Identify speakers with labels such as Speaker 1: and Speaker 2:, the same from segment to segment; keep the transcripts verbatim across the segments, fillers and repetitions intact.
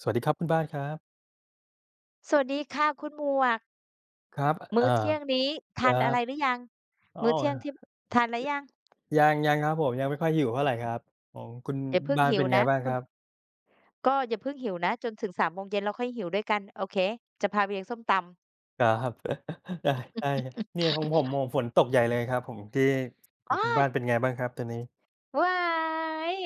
Speaker 1: สวัสดีครับคุณบ้านครับ
Speaker 2: สวัสดีค่ะคุณหมวก
Speaker 1: ครับ
Speaker 2: มื้อ
Speaker 1: เอา
Speaker 2: เที่ยงนี้
Speaker 1: ค
Speaker 2: ทา
Speaker 1: รั
Speaker 2: นอะไรหรื
Speaker 1: บ
Speaker 2: อยัง
Speaker 1: อ้
Speaker 2: มื้อเที่ยง
Speaker 1: อ
Speaker 2: ที่ทานแล้วยัง
Speaker 1: ยังยังครับผมยังไม่ค่อยหิวเท่าไรครับของคุณ
Speaker 2: อย่าเพิ่ง
Speaker 1: บ้าน
Speaker 2: หิว
Speaker 1: เป็นไง
Speaker 2: นะ
Speaker 1: บ้าง
Speaker 2: คุ
Speaker 1: ค
Speaker 2: ณ
Speaker 1: รับ
Speaker 2: ก็อย่าเพิ่งหิวนะจนถึงสามโมงเย็นเราค่อยหิวด้วยกันโอเคจะพาไปเลี้ยงส้มตำ
Speaker 1: ครับ ได้ได้เนี่ยของผมโอ้โฮฝนตกใหญ่เลยครับผมที่ของคุ
Speaker 2: อ้า
Speaker 1: ณ
Speaker 2: ย
Speaker 1: บ้านเป็นไงบ้างครับตอนนี้
Speaker 2: ว้าย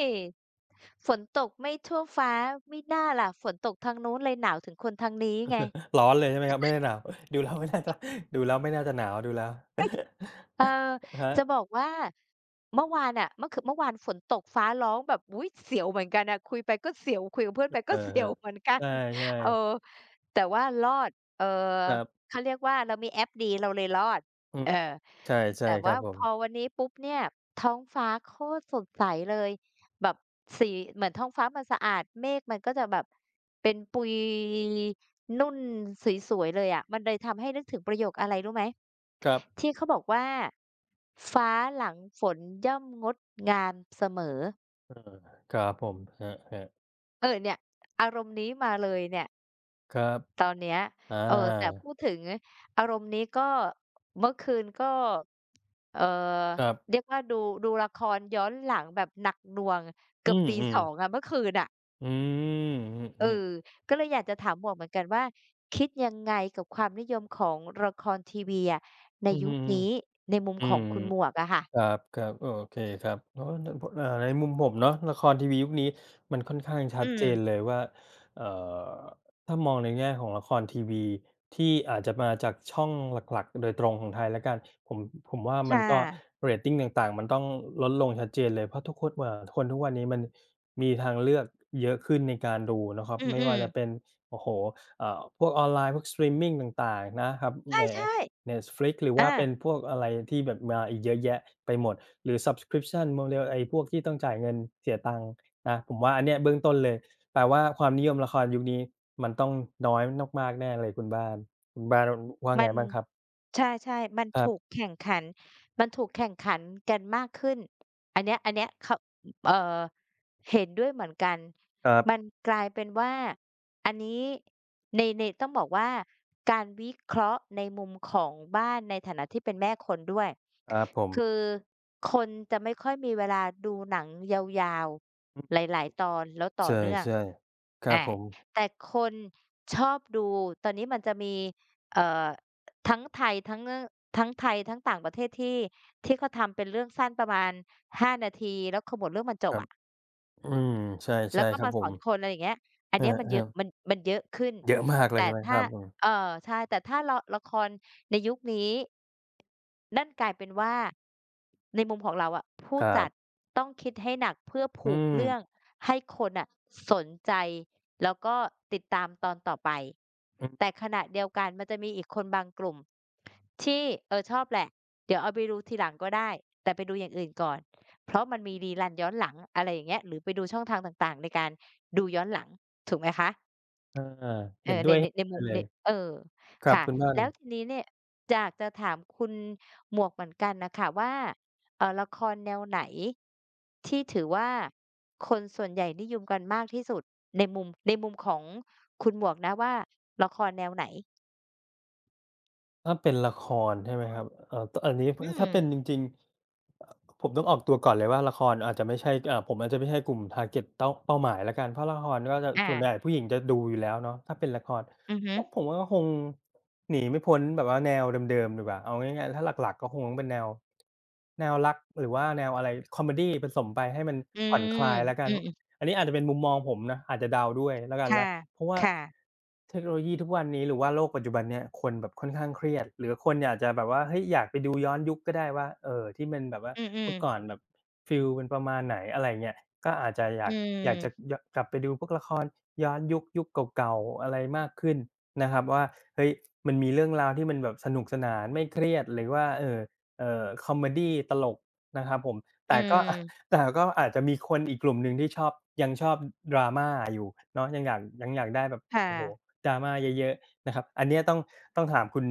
Speaker 2: ฝนตกไม่ทั่วฟ้ามิน่าล่ะฝนตกทางนู้นเลยหนาวถึงคนทางนี้ไง
Speaker 1: ร้อนเลยใช่ไหมครับไม่ได้หนาวดูแล้วไม่น่าจะดูแล้วไม่น่าจะหนาวดูแล้ว
Speaker 2: เออ
Speaker 1: ครั
Speaker 2: จะบ
Speaker 1: บ
Speaker 2: อกว่าเมื่อวานน่ะเมื่อคือเมื่อวานฝนตกฟ้าร้องแบบอุ๊ยเสียวเหมือนกันน่ะคุยไปก็เสียวคุยกับเพื่อน
Speaker 1: อ
Speaker 2: ไปก็
Speaker 1: ะ
Speaker 2: เสีย
Speaker 1: ฮะ
Speaker 2: วเหมือนกัน
Speaker 1: ใช่
Speaker 2: เออ
Speaker 1: ๆ
Speaker 2: แต่ว่ารอดเอ่อ
Speaker 1: ครับ
Speaker 2: เขาเรียกว่าเรามีแอปดีเราเลยรอด
Speaker 1: อืม
Speaker 2: เออ
Speaker 1: ใช่
Speaker 2: แต่
Speaker 1: ๆครั
Speaker 2: ว่า
Speaker 1: บผ
Speaker 2: พ
Speaker 1: ม
Speaker 2: อวันนี้ปุ๊บเนี่ยท้องฟ้าโคตรสดใสเลยแบบสีเหมือนท้องฟ้ามันสะอาดเมฆมันก็จะแบบเป็นปุยนุ่นสวยๆเลยอะมันเลยทำให้นึกถึงประโยคอะไรรู้ไหม
Speaker 1: ครับ
Speaker 2: ที่เขาบอกว่าฟ้าหลังฝนย่อมงดงามเสมอ
Speaker 1: เออครับผมครับ
Speaker 2: เออเนี่ยอารมณ์นี้มาเลยเนี่ย
Speaker 1: ๆครับ
Speaker 2: ตอนเนี้ย
Speaker 1: อ
Speaker 2: เออแต่
Speaker 1: า
Speaker 2: พูดถึงอารมณ์นี้ก็เมื่อคืนก็เอ่อ
Speaker 1: ครั
Speaker 2: เรียก
Speaker 1: บ
Speaker 2: ว่าดูดูละครย้อนหลังแบบหนักหน่วง
Speaker 1: อื
Speaker 2: เกือบตีส
Speaker 1: ม
Speaker 2: อง
Speaker 1: ๆ
Speaker 2: อะเมื่อคืนน่ะ
Speaker 1: อื
Speaker 2: เอ
Speaker 1: ม
Speaker 2: อก็เลยอยากจะถามหมวกเหมือนกันว่าคิดยังไงกับความนิยมของละครทีวีอะใน
Speaker 1: อือ
Speaker 2: ยุ
Speaker 1: ฮึ
Speaker 2: คนี้ในมุม
Speaker 1: อื
Speaker 2: ขอ
Speaker 1: ม
Speaker 2: งคุณหมวกอะค่ะ
Speaker 1: ครับๆโอเคครับอ๋อนพอ่าในมุมผมเนาะละครทีวียุคนี้มันค่อนข้างชั
Speaker 2: อื
Speaker 1: ดเจนเล
Speaker 2: ม
Speaker 1: ยว่าเอ่อถ้ามองในแง่ของละครทีวีที่อาจจะมาจากช่องหลักๆโดยตรงของไทยแล้วกันผมผมว่ามัน
Speaker 2: ค่ะ
Speaker 1: ก็เรตติงต่างๆมันต้องลดลงชัดเจนเลยเพราะทุกคนเอ่อคนทุกวันนี้มันมีทางเลือกเยอะขึ้นในการดูนะครับ
Speaker 2: อื
Speaker 1: ไม่
Speaker 2: ม
Speaker 1: ว่าจะ
Speaker 2: ๆ
Speaker 1: เป็นโอ้โฮเอ่อพวกออนไลน์พวกสตรีมมิงต่างๆนะครับแหม
Speaker 2: ใช่
Speaker 1: Netflix หรือ
Speaker 2: ๆ
Speaker 1: ว่า
Speaker 2: อา
Speaker 1: เป็นพวกอะไรที่แบบมาอีกเยอะแยะไปหมดหรือ Subscription โมเดลไอ้พวกที่ต้องจ่ายเงินเสียตังค์นะผมว่าอันเนี้ยเบื้องต้นเลยแปลว่าความนิยมละครยุคนี้มันต้องน้อยมากๆแน่เลยคุณบ้านคุณบ้านว่า
Speaker 2: มั
Speaker 1: ไง
Speaker 2: น
Speaker 1: บ้างครับ
Speaker 2: ใช่ๆมัน
Speaker 1: ครั
Speaker 2: ถูก
Speaker 1: บ
Speaker 2: แข่งขันมันถูกแข่งขันกันมากขึ้น อันเนี้ยอันเนี้ยเขาเอ่อเห็นด้วยเหมือนกัน
Speaker 1: ครั
Speaker 2: มัน
Speaker 1: บ
Speaker 2: กลายเป็นว่าอันนี้ในในต้องบอกว่า การวิเคราะห์ในมุมของบ้านในฐานะที่เป็นแม่คนด้วย
Speaker 1: ครับผม
Speaker 2: คือคนจะไม่ค่อยมีเวลาดูหนังยาว
Speaker 1: อื
Speaker 2: ๆ ห
Speaker 1: ม
Speaker 2: ลายๆตอนแล้วต่
Speaker 1: ใช
Speaker 2: อเนื่อง
Speaker 1: ่ๆครับ
Speaker 2: อา
Speaker 1: ผม
Speaker 2: แต่คนชอบดูตอนนี้มันจะมีเอ่อ ทั้งไทยทั้งเรื่องทั้งไทยทั้งต่างประเทศที่ที่เขาทำเป็นเรื่องสั้นประมาณห้านาทีแล้วเขาหมวดเรื่องมันจ
Speaker 1: ค
Speaker 2: บ
Speaker 1: รับ
Speaker 2: อะ
Speaker 1: อืมใช
Speaker 2: แล้
Speaker 1: ่
Speaker 2: วก็
Speaker 1: ๆครับ
Speaker 2: มา
Speaker 1: ผ
Speaker 2: สอ
Speaker 1: ม
Speaker 2: นคนอะไรอย่างเงี้ยอัน
Speaker 1: ค
Speaker 2: เนี้ยมันเย
Speaker 1: รั
Speaker 2: อะมั
Speaker 1: บ
Speaker 2: นมันเยอะขึ้น
Speaker 1: ๆเยอะมากเลย
Speaker 2: แต่
Speaker 1: ใช่ไหมค
Speaker 2: ถ้า
Speaker 1: รับผม
Speaker 2: เอ่อใช่แต่ถ้าละละครในยุคนี้ นั่นกลายเป็นว่า ในมุมของเราอะผู้
Speaker 1: ครั
Speaker 2: จัด
Speaker 1: บ
Speaker 2: ต้องคิดให้หนักเพื่อ
Speaker 1: อื
Speaker 2: ผูก
Speaker 1: ม
Speaker 2: เรื่องให้คนน่ะสนใจ แล้วก็ติดตามตอนต่อไป
Speaker 1: อืม
Speaker 2: แต่ขณะเดียวกันมันจะมีอีกคนบางกลุ่มที่เออชอบแหละ เดี๋ยวเอาไปดูทีหลังก็ได้ แต่ไปดูอย่างอื่นก่อน เพราะมันมีรี r ันย้อนหลังอะไรอย่างเงี้ยหรือไปดูช่องทางต่างๆในการดูย้อนหลังถูกไหมคะ
Speaker 1: อา
Speaker 2: เอ
Speaker 1: เห็น
Speaker 2: อใน
Speaker 1: ด้วย
Speaker 2: ในในมุม
Speaker 1: เล
Speaker 2: ใน
Speaker 1: ย
Speaker 2: เออ
Speaker 1: ครับ
Speaker 2: ค่ะ
Speaker 1: คุณบ้าน
Speaker 2: แล้วทีนี้เนี่ยอยากจะถามคุณหมวกเหมือนกันน่ะค่ะว่าเอ่อละครแนวไหนที่ถือว่าคนส่วนใหญ่นิยมกันมากที่สุดในมุมในมุมของคุณหมวกนะว่าละครแนวไหน
Speaker 1: ถ้าเป็นละครใช่ไหมครับเอ่อตอันนี้
Speaker 2: อื
Speaker 1: ถ้า
Speaker 2: ม
Speaker 1: ถ้าเป็นจริงๆเอ่อผมต้องออกตัวก่อนเลยว่าละครอาจจะไม่ใช่อ่อผมอาจจะไม่ใช่กลุ่ม target เต้าเป้าหมายแล้วกันเพราะละครก็จะส่วน
Speaker 2: อา
Speaker 1: ใหญ่ผู้หญิงจะดูอยู่แล้วเนาะถ้าเป็นละคร
Speaker 2: อือฮึ
Speaker 1: ก็ผมว่าก็คงหนีไม่พ้นแบบว่าแนวเดิมๆดีกว่าเอาง่ายๆถ้าหลักๆก็คงต้องเป็นแนวแนวรักหรือว่าแนวอะไรคอเมดีผสมไปให้มัน
Speaker 2: อื
Speaker 1: ผ่อน
Speaker 2: ม
Speaker 1: คลายแล้วกั
Speaker 2: อื
Speaker 1: น
Speaker 2: ม
Speaker 1: อันนี้อาจจะเป็นมุมมองผมนะอาจจะเดาด้วยแล้วกัน
Speaker 2: ค่ะ
Speaker 1: เพราะว่า
Speaker 2: ค่ะ
Speaker 1: เทคโนโลยีทุกวันนี้หรือว่าโลกปัจจุบันเนี่ยคนแบบค่อนข้างเครียดหรือคนอยากจะแบบว่าเฮ้ยอยากไปดูย้อนยุคก็ได้ว่าเอ่อที่มันแบบว่า
Speaker 2: อือ
Speaker 1: เมื่อก่อน
Speaker 2: ๆ
Speaker 1: แบบฟีลเป็นประมาณไหนอะไรเงี้ยก็อาจจะอ
Speaker 2: อื
Speaker 1: ยากอยากจะ
Speaker 2: ม
Speaker 1: ยกลับไปดูพวกละครย้อนยุคยุคเก่าๆอะไรมากขึ้นนะครับว่าเฮ้ยมันมีเรื่องราวที่มันแบบสนุกสนานไม่เครียดหรือว่าเอ่อเอ่อคอเมดีตลกนะครับผม
Speaker 2: อื
Speaker 1: แต่ก็
Speaker 2: ม
Speaker 1: แต่ก็อาจจะมีคนอีกกลุ่มหนึ่งที่ชอบยังชอบดราม่าอยู่เนาะยังอยากยังอยากได้แบบ
Speaker 2: ค่ะ
Speaker 1: โอ้โฮดราม่าเยอะๆนะครับอันเนี้ยต้องต้องถามคุณ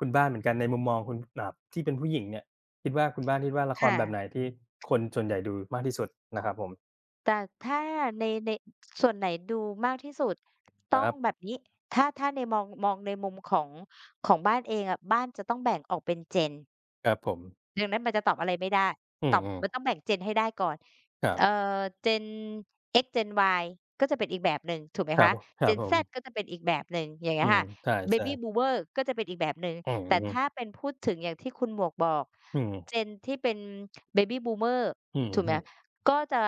Speaker 1: คุณบ้านเหมือนกันในมุมมองคุณอ่าที่เป็นผู้หญิงเนี่ยคิดว่าคุณบ้านคิดว่าละคร
Speaker 2: ค่ะ
Speaker 1: แบบไหนที่คนส่วนใหญ่ดูมากที่สุดนะครับผม
Speaker 2: แต่ถ้าในในส่วนไหนดูมากที่สุด
Speaker 1: ค
Speaker 2: ต้อง
Speaker 1: รั
Speaker 2: แบ
Speaker 1: บ
Speaker 2: บนี้ ถ้าถ้าในมองมองในมุมของของบ้านเองอะบ้านจะต้องแบ่งออกเป็น Gen
Speaker 1: ครับผม
Speaker 2: ดังนั้นมันจะตอบอะไรไม่ได้
Speaker 1: อื
Speaker 2: ตอบ
Speaker 1: ม
Speaker 2: มั
Speaker 1: ๆ
Speaker 2: นต้องแบ่ง Gen ให้ได้ก่อน
Speaker 1: ครั
Speaker 2: เอ่
Speaker 1: บ
Speaker 2: อ Gen X Gen Y ก็จะเป็นอีกแบบหนึ่งถูกไหม
Speaker 1: ครับ
Speaker 2: คะ
Speaker 1: ผครับ
Speaker 2: Gen
Speaker 1: ผ
Speaker 2: Z ก็
Speaker 1: ม
Speaker 2: จะเป็นอีกแบบหนึ่งอย่าง
Speaker 1: อื
Speaker 2: เงี้ย
Speaker 1: ม
Speaker 2: ค่ะ
Speaker 1: ใช่
Speaker 2: Baby
Speaker 1: ๆ
Speaker 2: Boomer ก็จะเป็นอีกแบบหนึ่ง
Speaker 1: อือ
Speaker 2: แต่
Speaker 1: ฮึ
Speaker 2: ถ้าเป็นพูดถึงอย่างที่คุณหมวกบอก
Speaker 1: อืม
Speaker 2: Gen ที่เป็น Baby Boomer
Speaker 1: อือ
Speaker 2: ถูกไหม
Speaker 1: ฮึ
Speaker 2: ก็จะ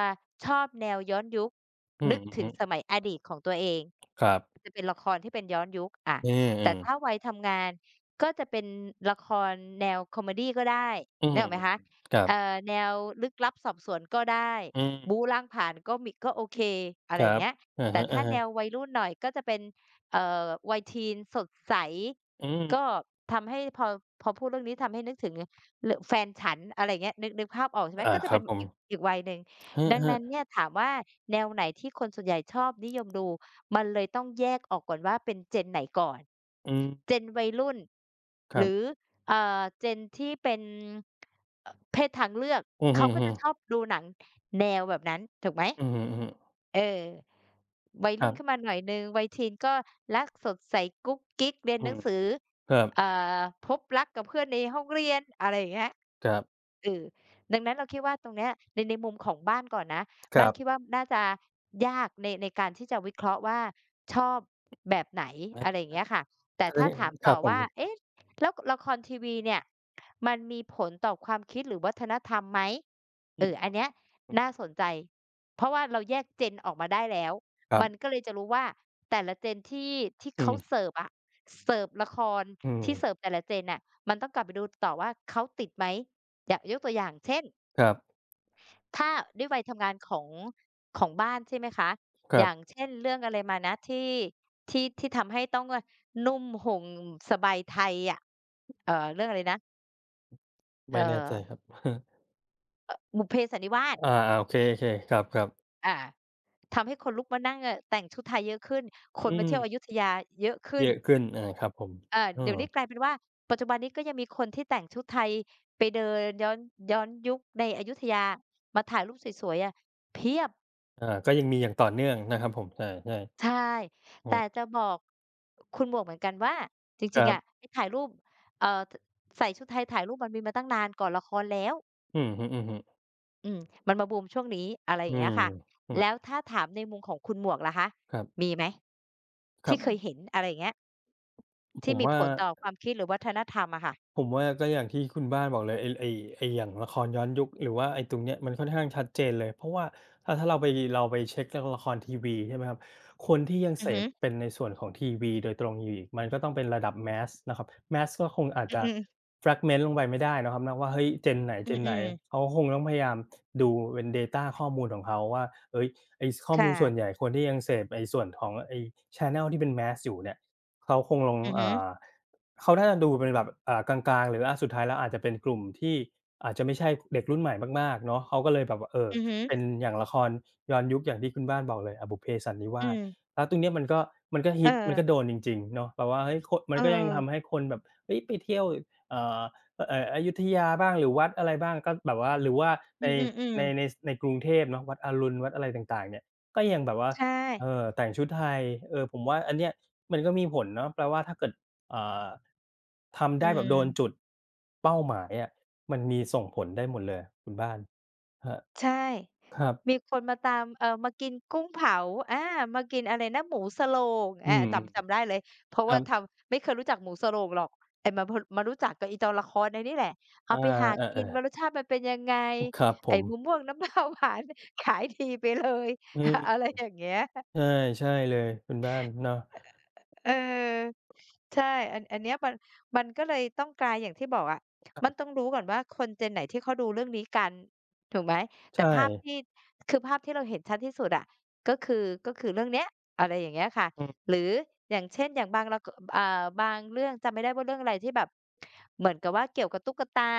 Speaker 2: ชอบแนวย้อนยุค
Speaker 1: อื
Speaker 2: นึ
Speaker 1: อ
Speaker 2: กถึ
Speaker 1: ฮึ
Speaker 2: งสมัยอดีตของตัวเอง
Speaker 1: ครับ
Speaker 2: จะเป็นละครที่เป็นย้อนยุคอา
Speaker 1: อืม
Speaker 2: แต่ถ้า
Speaker 1: ๆ
Speaker 2: วัยทำงานก็จะเป็นละครแนวคอเมดีก็ได้
Speaker 1: อื
Speaker 2: นึ
Speaker 1: ม
Speaker 2: กออกไหมคะ
Speaker 1: ครับ
Speaker 2: เอ่อแนวลึกลับสอบสวนก็ได้
Speaker 1: อื
Speaker 2: บู๊
Speaker 1: ม
Speaker 2: ล้างผลาญก็มีก็โอเคอะ
Speaker 1: ค
Speaker 2: ไรอ
Speaker 1: รั
Speaker 2: ย่าง
Speaker 1: บ
Speaker 2: เงี้ย
Speaker 1: อะ
Speaker 2: แต่ถ้าแน
Speaker 1: ฮะ
Speaker 2: ววัยรุ่นหน่อยก็จะเป็นเอ่อวัยทีนสดใส
Speaker 1: ๆอืม
Speaker 2: ก็ทำให้พอพอพูดเรื่องนี้ทำให้นึกถึงรแฟนฉันอะไรอย่างเงี้ยนึกนึกภาพออกใช่ไหม
Speaker 1: อา
Speaker 2: ก็จะ
Speaker 1: ครั
Speaker 2: เป็
Speaker 1: บ
Speaker 2: น
Speaker 1: ผม
Speaker 2: อีกอีกวัยหนึ่ง
Speaker 1: ครั
Speaker 2: ดังนั้น
Speaker 1: บ
Speaker 2: เนี่ยถามว่าแนวไหนที่คนส่วนใหญ่ชอบนิยมดูมันเลยต้องแยกออกก่อนว่าเป็น Gen ไหนก่อน
Speaker 1: ๆอืม
Speaker 2: Gen วัยรุ่น
Speaker 1: ค
Speaker 2: ห
Speaker 1: รั
Speaker 2: รือ
Speaker 1: บ
Speaker 2: เอ่อ Gen ที่เป็น เอ่อเพศทางเลือก
Speaker 1: อือฮึ
Speaker 2: เขาก็จะชอบ
Speaker 1: ๆ
Speaker 2: ดูหนังแนวแบบนั้นถูกไหม
Speaker 1: อือฮึๆ
Speaker 2: เออ วัย
Speaker 1: ค
Speaker 2: รุ่
Speaker 1: รั
Speaker 2: นขึ้น
Speaker 1: บ
Speaker 2: มาหน่อยหนึ่งวัยทีนก็รักสดใสกุ๊กกิ๊กเรียน
Speaker 1: อื
Speaker 2: หนั
Speaker 1: ม
Speaker 2: งสือ
Speaker 1: ครับ
Speaker 2: อ่าพบรักกับเพื่อนในห้องเรียนอะไรอย่างเงี้ย
Speaker 1: ครับ
Speaker 2: เออดังนั้นเราคิดว่าตรงเนี้ยในในมุมของบ้านก่อนนะ
Speaker 1: ค
Speaker 2: บ้าน
Speaker 1: รั
Speaker 2: คิดว่า
Speaker 1: บ
Speaker 2: น่าจะยากในในการที่จะวิเคราะห์ว่าชอบแบบไหน
Speaker 1: นะ
Speaker 2: อะไรอย่างเงี้ยค่ะแต่
Speaker 1: ถ้า
Speaker 2: ถ้าถาม
Speaker 1: ค
Speaker 2: ต่
Speaker 1: รั
Speaker 2: อ
Speaker 1: บผม
Speaker 2: ว่าเอ๊ะแล้วละครทีวีเนี่ยมันมีผลต่อความคิดหรือวัฒนธรรมไหมเอ
Speaker 1: อืม
Speaker 2: ออันเนี้ย
Speaker 1: อือ
Speaker 2: น่าสนใจเพราะว่าเราแยก Gen ออกมาได้แล้ว
Speaker 1: ครั
Speaker 2: มันก็
Speaker 1: บ
Speaker 2: เลยจะรู้ว่าแต่ละเจนที่ที่
Speaker 1: อื
Speaker 2: เขา
Speaker 1: ม
Speaker 2: เสิร์ฟอะเสิร์ฟละคร
Speaker 1: อืม
Speaker 2: ที่เสิร์ฟแต่ละเจ n น่ะมันต้องกลับไปดูต่อว่าเขาติดไหมอย่างยกตัวอย่างเช่น
Speaker 1: ครับ
Speaker 2: ถ้าด้วยวัยทำงานของของบ้านใช่ไหมคะ
Speaker 1: ค
Speaker 2: อ
Speaker 1: รับ
Speaker 2: ย่างเช่นเรื่องอะไรมานะที่ที่ที่ทำให้ต้องว่านุ่มห่มสบายไทยอะเอ่อเรื่องอะไรนะเอ่
Speaker 1: ไม่แน่
Speaker 2: อ
Speaker 1: ใจครับ
Speaker 2: บุพเพสันนิวาส
Speaker 1: อาๆโอเคๆครับๆ
Speaker 2: อา ทำให้คนลุกมานั่งเอ่อแต่งชุดไทยเยอะขึ้น ค
Speaker 1: อื
Speaker 2: นมาเที่ยวอยุ
Speaker 1: ม
Speaker 2: ธยาเยอะขึ้
Speaker 1: เย
Speaker 2: น
Speaker 1: อะขึ้นอาครับผม
Speaker 2: เอ่อ
Speaker 1: เอ
Speaker 2: เดี๋ยว
Speaker 1: อ
Speaker 2: นี้กลายเป็นว่าปัจจุบันนี้ก็ยังมีคนที่แต่งชุดไทยไปเดินย้อนย้อนยุคในอยุธยามาถ่ายรูปสวยๆอะเพียบ
Speaker 1: อาก็ยังมีอย่างต่อเนื่องนะครับผมใช่
Speaker 2: ใช่
Speaker 1: ๆอื
Speaker 2: แต่
Speaker 1: ม
Speaker 2: จะบอกคุณหมวกเหมือนกันว่าจ
Speaker 1: ค
Speaker 2: ริง
Speaker 1: รั
Speaker 2: ๆอะ
Speaker 1: บ
Speaker 2: ไอ้ถ่ายรูปเอ่อถใส่ชุดไทยถ่ายรูปมันมีมาตั้งนานก่อนละครแล้ว
Speaker 1: อือฮึๆ
Speaker 2: อืมมันมาบูมช่วงนี้อะไรอ
Speaker 1: อื
Speaker 2: ย่างเงี้
Speaker 1: ม
Speaker 2: ยค่ะ
Speaker 1: อืม
Speaker 2: แล้วถ้าถามในมุมของคุณหมวกล่ะคะ
Speaker 1: ครั
Speaker 2: มี
Speaker 1: บ
Speaker 2: ไหม
Speaker 1: ครั
Speaker 2: ที่
Speaker 1: บ
Speaker 2: เคยเห็นอะไรอย่างเงี้ย
Speaker 1: ผ
Speaker 2: ที่
Speaker 1: ม
Speaker 2: มี
Speaker 1: ว่า
Speaker 2: ผลต่อความคิดหรือวัฒนธรรมอะค่ะ
Speaker 1: ผมว่าก็อย่างที่คุณบ้านบอกเลยไอ้ไอ้ไอ้อย่างละครย้อนยุคหรือว่าไอ้ตรงเนี้ยมันค่อนข้างชัดเจนเลยเพราะว่าถ้าถ้าเราไปเราไปเช็คจากละครทีวีใช่ไหมครับคนที่ยัง
Speaker 2: อื
Speaker 1: เส
Speaker 2: อฮึ
Speaker 1: พเป็นในส่วนของทีวีโดยตรงอยู่อีกมันก็ต้องเป็นระดับ mass นะครับ mass ก็คงอาจจะ
Speaker 2: อือๆ
Speaker 1: fragment ลงไปไม่ได้นะครับนะว่าเฮ้ย gen ไหน
Speaker 2: อื
Speaker 1: gen ไหน
Speaker 2: ม
Speaker 1: เขา
Speaker 2: ๆ
Speaker 1: ก็คงต้องพยายามดูเป็นเดาตาข้อมูลของเขาว่าเฮ้ยไอ้สข้อมู
Speaker 2: ค่ะ
Speaker 1: ลส่วนใหญ่คนที่ยังเสพไอ้ส่วนของไอ้แชนเนิลที่เป็น mass อยู่เนี่ย เขาคงลง
Speaker 2: อือฮึ
Speaker 1: อ่าเขาน่าจะดูเป็นแบบอ่ากลางๆหรืออาสุดท้ายแล้วอาจจะเป็นกลุ่มที่อาจจะไม่ใช่เด็กรุ่นใหม่มากๆเนาะเขาก็เลยแบบว่าเอ่อ
Speaker 2: อือฮึ
Speaker 1: เป็นอย่างละครย้อนยุคอย่างที่คุณบ้านบอกเลยอ่าบุพเพสันนิ
Speaker 2: อื
Speaker 1: วาส
Speaker 2: ม
Speaker 1: แล้วตรงเนี้ยมันก็มันก็
Speaker 2: เอ
Speaker 1: ฮิ
Speaker 2: อ
Speaker 1: ตมันก็โดนจริงๆเนาะแบบว่าเฮ้ยคนมั
Speaker 2: เออ
Speaker 1: นก็ยังทำให้คนแบบเฮ้ยไปเที่ยวเอ่อเอ่ออยุธยาบ้างหรือวัดอะไรบ้างก็แบบว่าหรือว่า
Speaker 2: อื
Speaker 1: ใน
Speaker 2: อ
Speaker 1: ใน
Speaker 2: ๆๆ
Speaker 1: ในในกรุงเทพเนาะวัดอรุณวัดอะไรต่างๆเนี่ยก็ยังแบบว่า
Speaker 2: ใช่
Speaker 1: เอ่อแต่งชุดไทยเออผมว่าอันเนี้ย มันก็มีผลเนาะแปลว่าถ้าเกิดเอ่อทำ
Speaker 2: อื
Speaker 1: ได้แบบโดนจุ
Speaker 2: ม
Speaker 1: ดเป้าหมายอะมันมีส่งผลได้หมดเลยคุณบ้านครับ
Speaker 2: ใช่
Speaker 1: ครับ
Speaker 2: มีคนมาตามเอ่อมากินกุ้งเผาอามากินอะไรนะหมูสโลง
Speaker 1: อื
Speaker 2: อา
Speaker 1: ม
Speaker 2: จำจำได้เลยเพราะ
Speaker 1: ค
Speaker 2: ว่า
Speaker 1: รั
Speaker 2: ท
Speaker 1: บ
Speaker 2: ำไม่เคยรู้จักหมูสโลงหรอกแต่มาพมารู้จักกับไอ้ตอนละครไอ้นี่แหละเอา
Speaker 1: อา
Speaker 2: ไปหา
Speaker 1: เอ
Speaker 2: กิ
Speaker 1: อ
Speaker 2: นว่ารสชาติมันเป็นยังไง
Speaker 1: ๆครับผ
Speaker 2: ไอ้
Speaker 1: ม
Speaker 2: มะม่วงน้ำปลาหวาน ขายดีไปเลย
Speaker 1: อื
Speaker 2: อะไร
Speaker 1: ม
Speaker 2: อย่างเงี้ย
Speaker 1: ใช่ใช่เลยคุณบ้านเนาะ
Speaker 2: เออใช่อันอันเนี้ยมันมันก็เลยต้องกลายอย่างที่บอกอะมันต้องรู้ก่อนว่าคน Gen ไหนที่เขาดูเรื่องนี้กันถูกไหมแต่
Speaker 1: ใช่
Speaker 2: ภาพที่คือภาพที่เราเห็นชัดที่สุดอะก็คือก็คือเรื่องเนี้ยอะไรอย่างเงี้ยค่ะ
Speaker 1: อืม
Speaker 2: หรืออย่างเช่นอย่างบางละกอ่าบางเรื่องจำไม่ได้ว่าเรื่องอะไรที่แบบเหมือนกับว่าเกี่ยวกับตุ๊กตา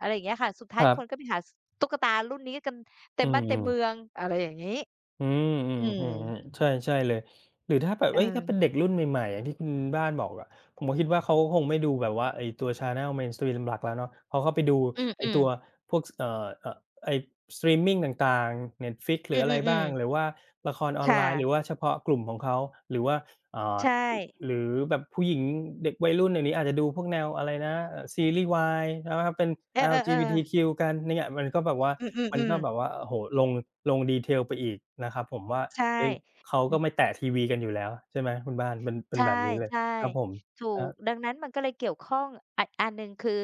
Speaker 2: อะไรอย่างเงี้ยค่ะสุดท้า
Speaker 1: ค
Speaker 2: ย
Speaker 1: รั
Speaker 2: คนก็
Speaker 1: บ
Speaker 2: ไปหาสตุ๊กตารุ่นนี้กันเต็
Speaker 1: อื
Speaker 2: มบ้านเต็มเมือ
Speaker 1: ม
Speaker 2: งอะไรอย่างงี้
Speaker 1: อืมอืม
Speaker 2: อื
Speaker 1: อืม
Speaker 2: ม
Speaker 1: ใช่ใช่เลยหรือถ้าแบบ
Speaker 2: เอ
Speaker 1: เฮ้ยถ้าเป็น
Speaker 2: อ
Speaker 1: เด็กรุ่นใหม่ๆอย่างที่คุณบ้านบอกอะผมก็คิดว่าเขาคงไม่ดูแบบว่าไอ้ตัว channel Mainstream หลักแล้วเนาะเขาก็ไปดู
Speaker 2: อื
Speaker 1: ไอ้
Speaker 2: ม
Speaker 1: ตัว
Speaker 2: ๆ
Speaker 1: พวกสเอ่อเอ่อไอ้สตรีมมิงต่างๆ Netflix หรื
Speaker 2: อื
Speaker 1: ออะไรบ้า
Speaker 2: อ
Speaker 1: ง
Speaker 2: ๆ
Speaker 1: หรือ
Speaker 2: ๆ
Speaker 1: ว่าละครออนไล
Speaker 2: ค่ะ
Speaker 1: น์หรือว่าเฉพาะกลุ่มของเขาหรือว่าอ่า
Speaker 2: ใช่
Speaker 1: หรือแบบผู้หญิงเด็กวัยรุ่นเดี๋ยวนี้อาจจะดูพวกแนวอะไรนะเอ่อซีรีส์วายใช่ไหมครับเป็น
Speaker 2: เออๆๆ
Speaker 1: แอล จี บี ที คิว กันเนี่ยมันก็แบบว่า
Speaker 2: อื
Speaker 1: มัน
Speaker 2: ม
Speaker 1: ก็
Speaker 2: ๆ
Speaker 1: แบบ
Speaker 2: ๆ
Speaker 1: ว่าโอ้โฮลงลง detail ไปอีกนะครับผมว่า
Speaker 2: ใช่
Speaker 1: เฮ้ยเขา
Speaker 2: อื
Speaker 1: ก็ไม่
Speaker 2: อ
Speaker 1: แตะทีวีกันอยู่แล้วใช่ไหมคุณบ้านเป็นเป็
Speaker 2: ใช
Speaker 1: นแบบนี้เลย
Speaker 2: ่
Speaker 1: ครับผม
Speaker 2: ๆถูก
Speaker 1: ค
Speaker 2: ดังนั้นมันก็เลยเกี่ยวข้องอะอันหนึ่งคือ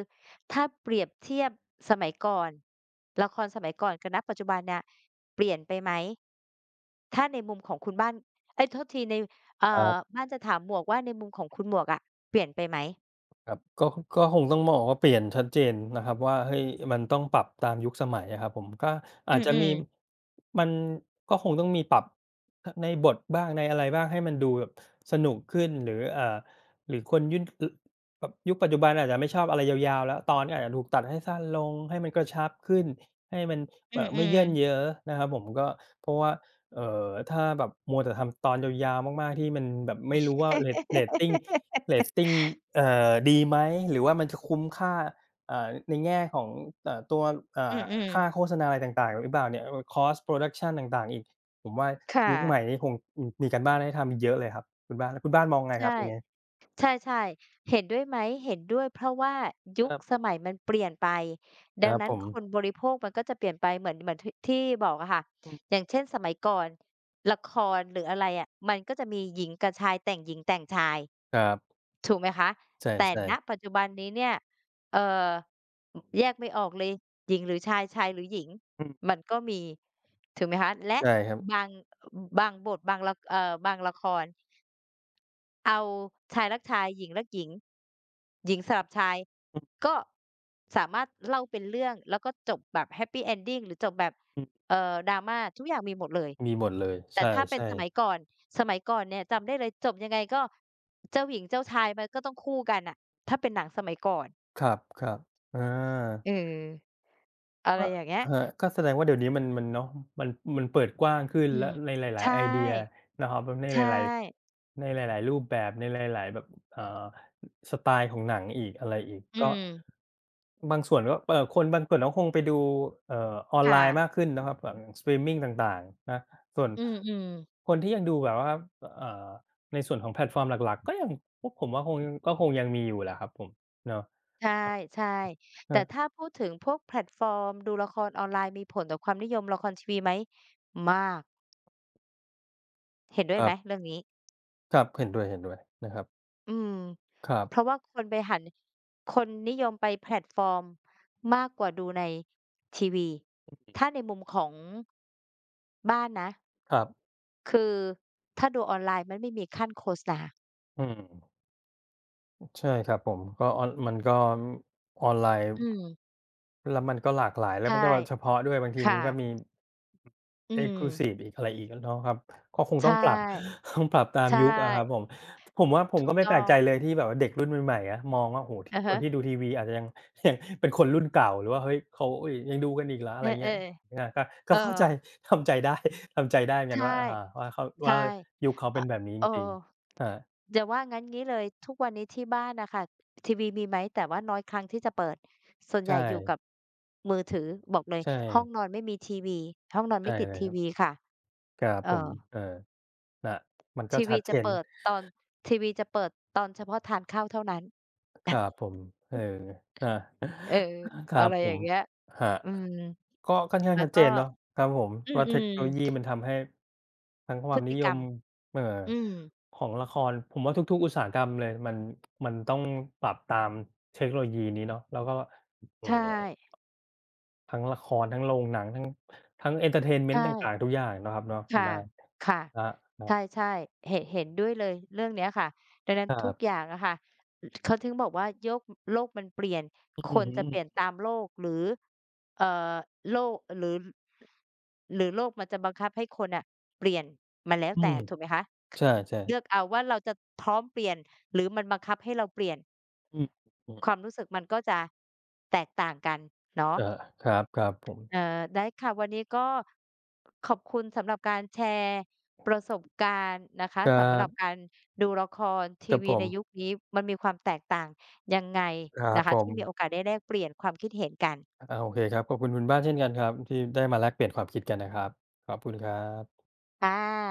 Speaker 2: ถ้าเปรียบเทียบสมัยก่อนละครสมัยก่อนกับณปัจจุบันเนี่ยเปลี่ยนไปไหมถ้าในมุมของคุณบ้านเอ๊ยโทษทีในเอ่อ
Speaker 1: รับ
Speaker 2: บ้านจะถามหมวกว่าในมุมของคุณหมวกอะเปลี่ยนไปไหม
Speaker 1: ครับก็ก็คงต้องมองว่าเปลี่ยนชัดเจนนะครับว่าเฮ้ยมันต้องปรับตามยุคสมัยอะครับผมก็
Speaker 2: อื
Speaker 1: อาจจะมี
Speaker 2: มๆ
Speaker 1: มันก็คงต้องมีปรับอในบทบ้างในอะไรบ้างให้มันดูแบบสนุกขึ้นหรืออ่าหรือคนยุ่นอแบบยุคปัจจุบันอาจจะไม่ชอบอะไรยาวๆแล้วตอนก็อาจจะถูกตัดให้สั้นลงให้มันกระชับขึ้นให้มัน
Speaker 2: อื
Speaker 1: เอ่อไม่
Speaker 2: ม
Speaker 1: เยินเย้
Speaker 2: ๆ
Speaker 1: อนะครับผมก็เพราะว่าเอ่อถ้าแบบมัวแต่ทำตอนยาวๆมากๆที่มันแบบไม่รู้ว่าเรตเรตติง เรตติงเอ่อดีไหม หรือว่ามันจะคุ้มค่าเอ่อในแง่ของเอ่อตัวเอ่
Speaker 2: อื
Speaker 1: อ
Speaker 2: ม
Speaker 1: ค่าโฆ
Speaker 2: ๆ
Speaker 1: ษณาอะไรต่างๆหรือเปล่าเนี่ยเอ่อคอสต์โพรดักชันต่างๆอีก ผมว่า
Speaker 2: ค่ะ
Speaker 1: ยุคใหม่นี้คงอืมมีการบ้านให้ทำอีกเยอะเลยครับคุณบ้านแล้วคุณบ้านมองไงครับ
Speaker 2: ใช่
Speaker 1: ตรงนี้
Speaker 2: ใช่ๆเห็นด้วยไหมเห็นด้วยเพราะว่า
Speaker 1: ค
Speaker 2: ยุค
Speaker 1: รั
Speaker 2: ส
Speaker 1: บ
Speaker 2: มัยมันเปลี่ยนไป
Speaker 1: ค
Speaker 2: ดั
Speaker 1: รั
Speaker 2: ง
Speaker 1: บ
Speaker 2: นั้
Speaker 1: ผ
Speaker 2: น
Speaker 1: ม
Speaker 2: คนบริโภคมันก็จะเปลี่ยนไปเหมือนเหมือนทที่บอกอะค่ะ
Speaker 1: อื
Speaker 2: อ
Speaker 1: ม
Speaker 2: ย่างเช่นสมัยก่อนละครหรืออะไรอะมันก็จะมีหญิงกับชายแต่งหญิงแต่งชาย
Speaker 1: ครับ
Speaker 2: ถูกไหมคะ
Speaker 1: ใช
Speaker 2: แต่
Speaker 1: ่
Speaker 2: ณ
Speaker 1: ๆ
Speaker 2: ปัจจุบันนี้เนี่ยเอ่ออแยกไม่ออกเลยหญิงหรือชายชายหรือหญิง
Speaker 1: อืม
Speaker 2: มันก็มีถูกไหมคะและ
Speaker 1: ใช่ครับ
Speaker 2: บางบางบทบางละเอ่อบางละคร เอาชายรักชายหญิงรักหญิงหญิงสลับชาย
Speaker 1: อ
Speaker 2: ก็สามารถเล่าเป็นเรื่องแล้วก็จบแบบแฮปปีเอนดิงหรือจบแบบ
Speaker 1: ืม
Speaker 2: เอ่อ drama ทุกอย่างมีหมดเลย
Speaker 1: ๆมีหมดเลย
Speaker 2: แต่ถ้าเป็น
Speaker 1: ใช่
Speaker 2: สมัย
Speaker 1: ๆ
Speaker 2: ก่อนสมัยก่อนเนี่ยจำได้เลยจบยังไงก็เจ้าหญิงเจ้าชายมันก็ต้องคู่กันน่ะถ้าเป็นหนังสมัยก่อน
Speaker 1: ครับๆอา
Speaker 2: เอออะไร
Speaker 1: ก็
Speaker 2: อย่างเงี้ย
Speaker 1: ครับก็แสดงว่าเดี๋ยวนี้มันมันเนาะมันมันเปิดกว้างขึ้น
Speaker 2: อื
Speaker 1: และ
Speaker 2: ม
Speaker 1: ในหลาย
Speaker 2: ใช่
Speaker 1: ๆไอเดียนะครับแบบในห
Speaker 2: ใช่
Speaker 1: ลายๆในหลายๆรูปแบบในหลายๆแบบเอ่อสไตล์ของหนังอีกอะไรอีก
Speaker 2: อื
Speaker 1: ก็
Speaker 2: ม
Speaker 1: บางส่วนก็เอ่อคนบางส่วนก็คงไปดูเอ่อออนไลน์มาก
Speaker 2: ค่ะ
Speaker 1: ขึ้นนะครับแบบสตรีมมิงต่างๆนะส่วน
Speaker 2: อืมๆ
Speaker 1: คนที่ยังดูแบบว่าเอ่อในส่วนของแพลตฟอร์มหลักๆก็ยังพวกผมว่าคงก็คงยังมีอยู่แหละครับผมเนาะ
Speaker 2: ใช่ๆ
Speaker 1: เอ
Speaker 2: แต่
Speaker 1: อ
Speaker 2: ถ้าพูดถึงพวกแพลตฟอร์มดูละครออนไลน์มีผลต่อความนิยมละครทีวีไหมมากเห็นด้ว
Speaker 1: ค
Speaker 2: ยไห
Speaker 1: รั
Speaker 2: ม
Speaker 1: บ
Speaker 2: เรื่องนี้
Speaker 1: ครับเห็นด้วยๆนะครับ
Speaker 2: อืม
Speaker 1: ครั
Speaker 2: เพราะ
Speaker 1: บ
Speaker 2: ว่าคนไปหันคนนิยมไปแพลตฟอร์มมากกว่าดูในทีวีถ้าในมุมของบ้านนะ
Speaker 1: ครับ
Speaker 2: คือถ้าดูออนไลน์มันไม่มีขั้นโฆษณา
Speaker 1: อืมใช่ครับผมก็ออนมันก็ออนไลน์
Speaker 2: อืม
Speaker 1: แล้วมันก็หลากหลายแล้วมัน
Speaker 2: ใช่
Speaker 1: ก็แบบเฉพาะด้วยบางทีมั
Speaker 2: ค่ะ
Speaker 1: นก็มี
Speaker 2: อืม
Speaker 1: Exclusive อีกอะไรอีกอะเนาะครับก็คงต้
Speaker 2: ใช่
Speaker 1: องปรับ ต้องปรับตาม
Speaker 2: ใช่
Speaker 1: ยุคอะครับผมผมว่าผม
Speaker 2: ถู
Speaker 1: ก็
Speaker 2: ก
Speaker 1: ไม่แป
Speaker 2: ต้
Speaker 1: ล
Speaker 2: อ
Speaker 1: ก
Speaker 2: ง
Speaker 1: ใจเลยที่แบบว่าเด็กรุ่นใหม่ๆอะมองว่าโอ้โฮ
Speaker 2: อะ
Speaker 1: คน
Speaker 2: ฮะ
Speaker 1: ที่ดูทีวีอาจจะยัง ยังเป็นคนรุ่นเก่าหรือว่าเฮ้ยเขาอุ๊ยยังดูกันอีกเหรอ
Speaker 2: เอ
Speaker 1: อะไร
Speaker 2: อ
Speaker 1: เงี้ย
Speaker 2: ๆ
Speaker 1: อาก็ก็
Speaker 2: เออ
Speaker 1: เข้าใจ ทำใจได้ ทำใจได้เหมือนกัน
Speaker 2: ใช่
Speaker 1: ว่าอ่าว่าเขา
Speaker 2: ใช่
Speaker 1: ว่ายุคเขา
Speaker 2: อ
Speaker 1: เป็นแบบนี้
Speaker 2: เอ
Speaker 1: จ
Speaker 2: อ
Speaker 1: ริงๆอา
Speaker 2: จะว่างั้นงี้เลยทุกวันนี้ที่บ้านน่ะค่ะทีวีมีไหมแต่ว่าน้อยครั้งที่จะเปิดส่วนใหญ่
Speaker 1: ใช่
Speaker 2: อยู่กับมือถือบอกเลย
Speaker 1: ใช่
Speaker 2: ห้องนอนไม่มีทีวีห้องนอน
Speaker 1: ใช่
Speaker 2: ไม่ติด
Speaker 1: เลย
Speaker 2: ที
Speaker 1: ครั
Speaker 2: วี
Speaker 1: บ
Speaker 2: ค่ะ
Speaker 1: ครับ
Speaker 2: เอ
Speaker 1: ผม
Speaker 2: อ
Speaker 1: เออนะมันก็
Speaker 2: ที
Speaker 1: ชั
Speaker 2: วี
Speaker 1: ดเจ
Speaker 2: จะ
Speaker 1: น
Speaker 2: เปิดตอนทีวีจะเปิดตอนเฉพาะทานข้าวเท่านั้น
Speaker 1: ครับผมเออ นะ
Speaker 2: เออ
Speaker 1: ครั
Speaker 2: อะ
Speaker 1: บ
Speaker 2: ไร
Speaker 1: ผ
Speaker 2: อย่า
Speaker 1: ม
Speaker 2: งเงี้ย
Speaker 1: ครับ
Speaker 2: อืม
Speaker 1: ก็ค่อนข้าง
Speaker 2: มัน
Speaker 1: ชัดเจ
Speaker 2: ก็
Speaker 1: นเนาะครับผม
Speaker 2: อื
Speaker 1: ว่าเทคโนโลยี
Speaker 2: ม
Speaker 1: มันทำให้ทั้งค
Speaker 2: ๆพ
Speaker 1: วา
Speaker 2: ฤ
Speaker 1: มนิ
Speaker 2: ติ
Speaker 1: ย
Speaker 2: กรร
Speaker 1: ม
Speaker 2: ม
Speaker 1: เอ่อ
Speaker 2: อืม
Speaker 1: ของละครผมว่าทุกๆอุตสาหกรรมเลยมันมันต้องปรับตามเทคโนโลยีนี้เนาะแล้วก็เอ่อ
Speaker 2: ใช่
Speaker 1: ทั้งละครทั้งโรงหนังทั้งทั้งเอนเทอร์เทนเม
Speaker 2: ใ
Speaker 1: นต์ต่าง
Speaker 2: ช่
Speaker 1: ๆทุกอย่างเนาะครับเนาะคุณ
Speaker 2: ค่ะ
Speaker 1: บ้าน
Speaker 2: ค่ะ
Speaker 1: ครั
Speaker 2: ใ
Speaker 1: บๆ
Speaker 2: ช่ๆเห็นเห็นด้วยเลยเรื่องเนี้ยค่ะดังนั้น
Speaker 1: ค
Speaker 2: ทุก
Speaker 1: รับ
Speaker 2: อย่างอะค่ะอเขาถึงบอกว่าโยกโลกมันเปลี่ยน
Speaker 1: อื
Speaker 2: ค
Speaker 1: อ
Speaker 2: นจะเปลี่ยน
Speaker 1: ฮึ
Speaker 2: ตามโลกหรือเอ่อโลกหรือหรือโลกมันจะบังคับให้คนน่ะเปลี่ยนมันแล้ว
Speaker 1: อื
Speaker 2: แต่
Speaker 1: ม
Speaker 2: ถูกไหมคะ
Speaker 1: ใช่
Speaker 2: เลื
Speaker 1: ๆ
Speaker 2: อกเอาว่าเราจะพร้อมเปลี่ยนหรือมันบังคับให้เราเปลี่ยน
Speaker 1: อืมอืม
Speaker 2: ความรู้สึกมันก็จะแตกต่างกันเนาะ
Speaker 1: เออครับครับผม
Speaker 2: เอ่อได้ค่ะวันนี้ก็ขอบคุณสำหรับการแชร์ประสบการณ์นะคะ
Speaker 1: ครั
Speaker 2: สำหรับกา
Speaker 1: บ
Speaker 2: รดูละคร
Speaker 1: ค
Speaker 2: ที
Speaker 1: รับ
Speaker 2: วี
Speaker 1: ผม
Speaker 2: ในยุคนี้มันมีความแตกต่างยังไง
Speaker 1: ครั
Speaker 2: นะ
Speaker 1: บผ
Speaker 2: คะ
Speaker 1: ม
Speaker 2: ที่มีโอกาสได้แลกเปลี่ยนความคิดเห็นกัน
Speaker 1: อาโอเคครับขอบคุณคุณบ้านเช่นกันครับที่ได้มาแลกเปลี่ยนความคิดกันนะครับขอบคุณครับ
Speaker 2: ค่ะ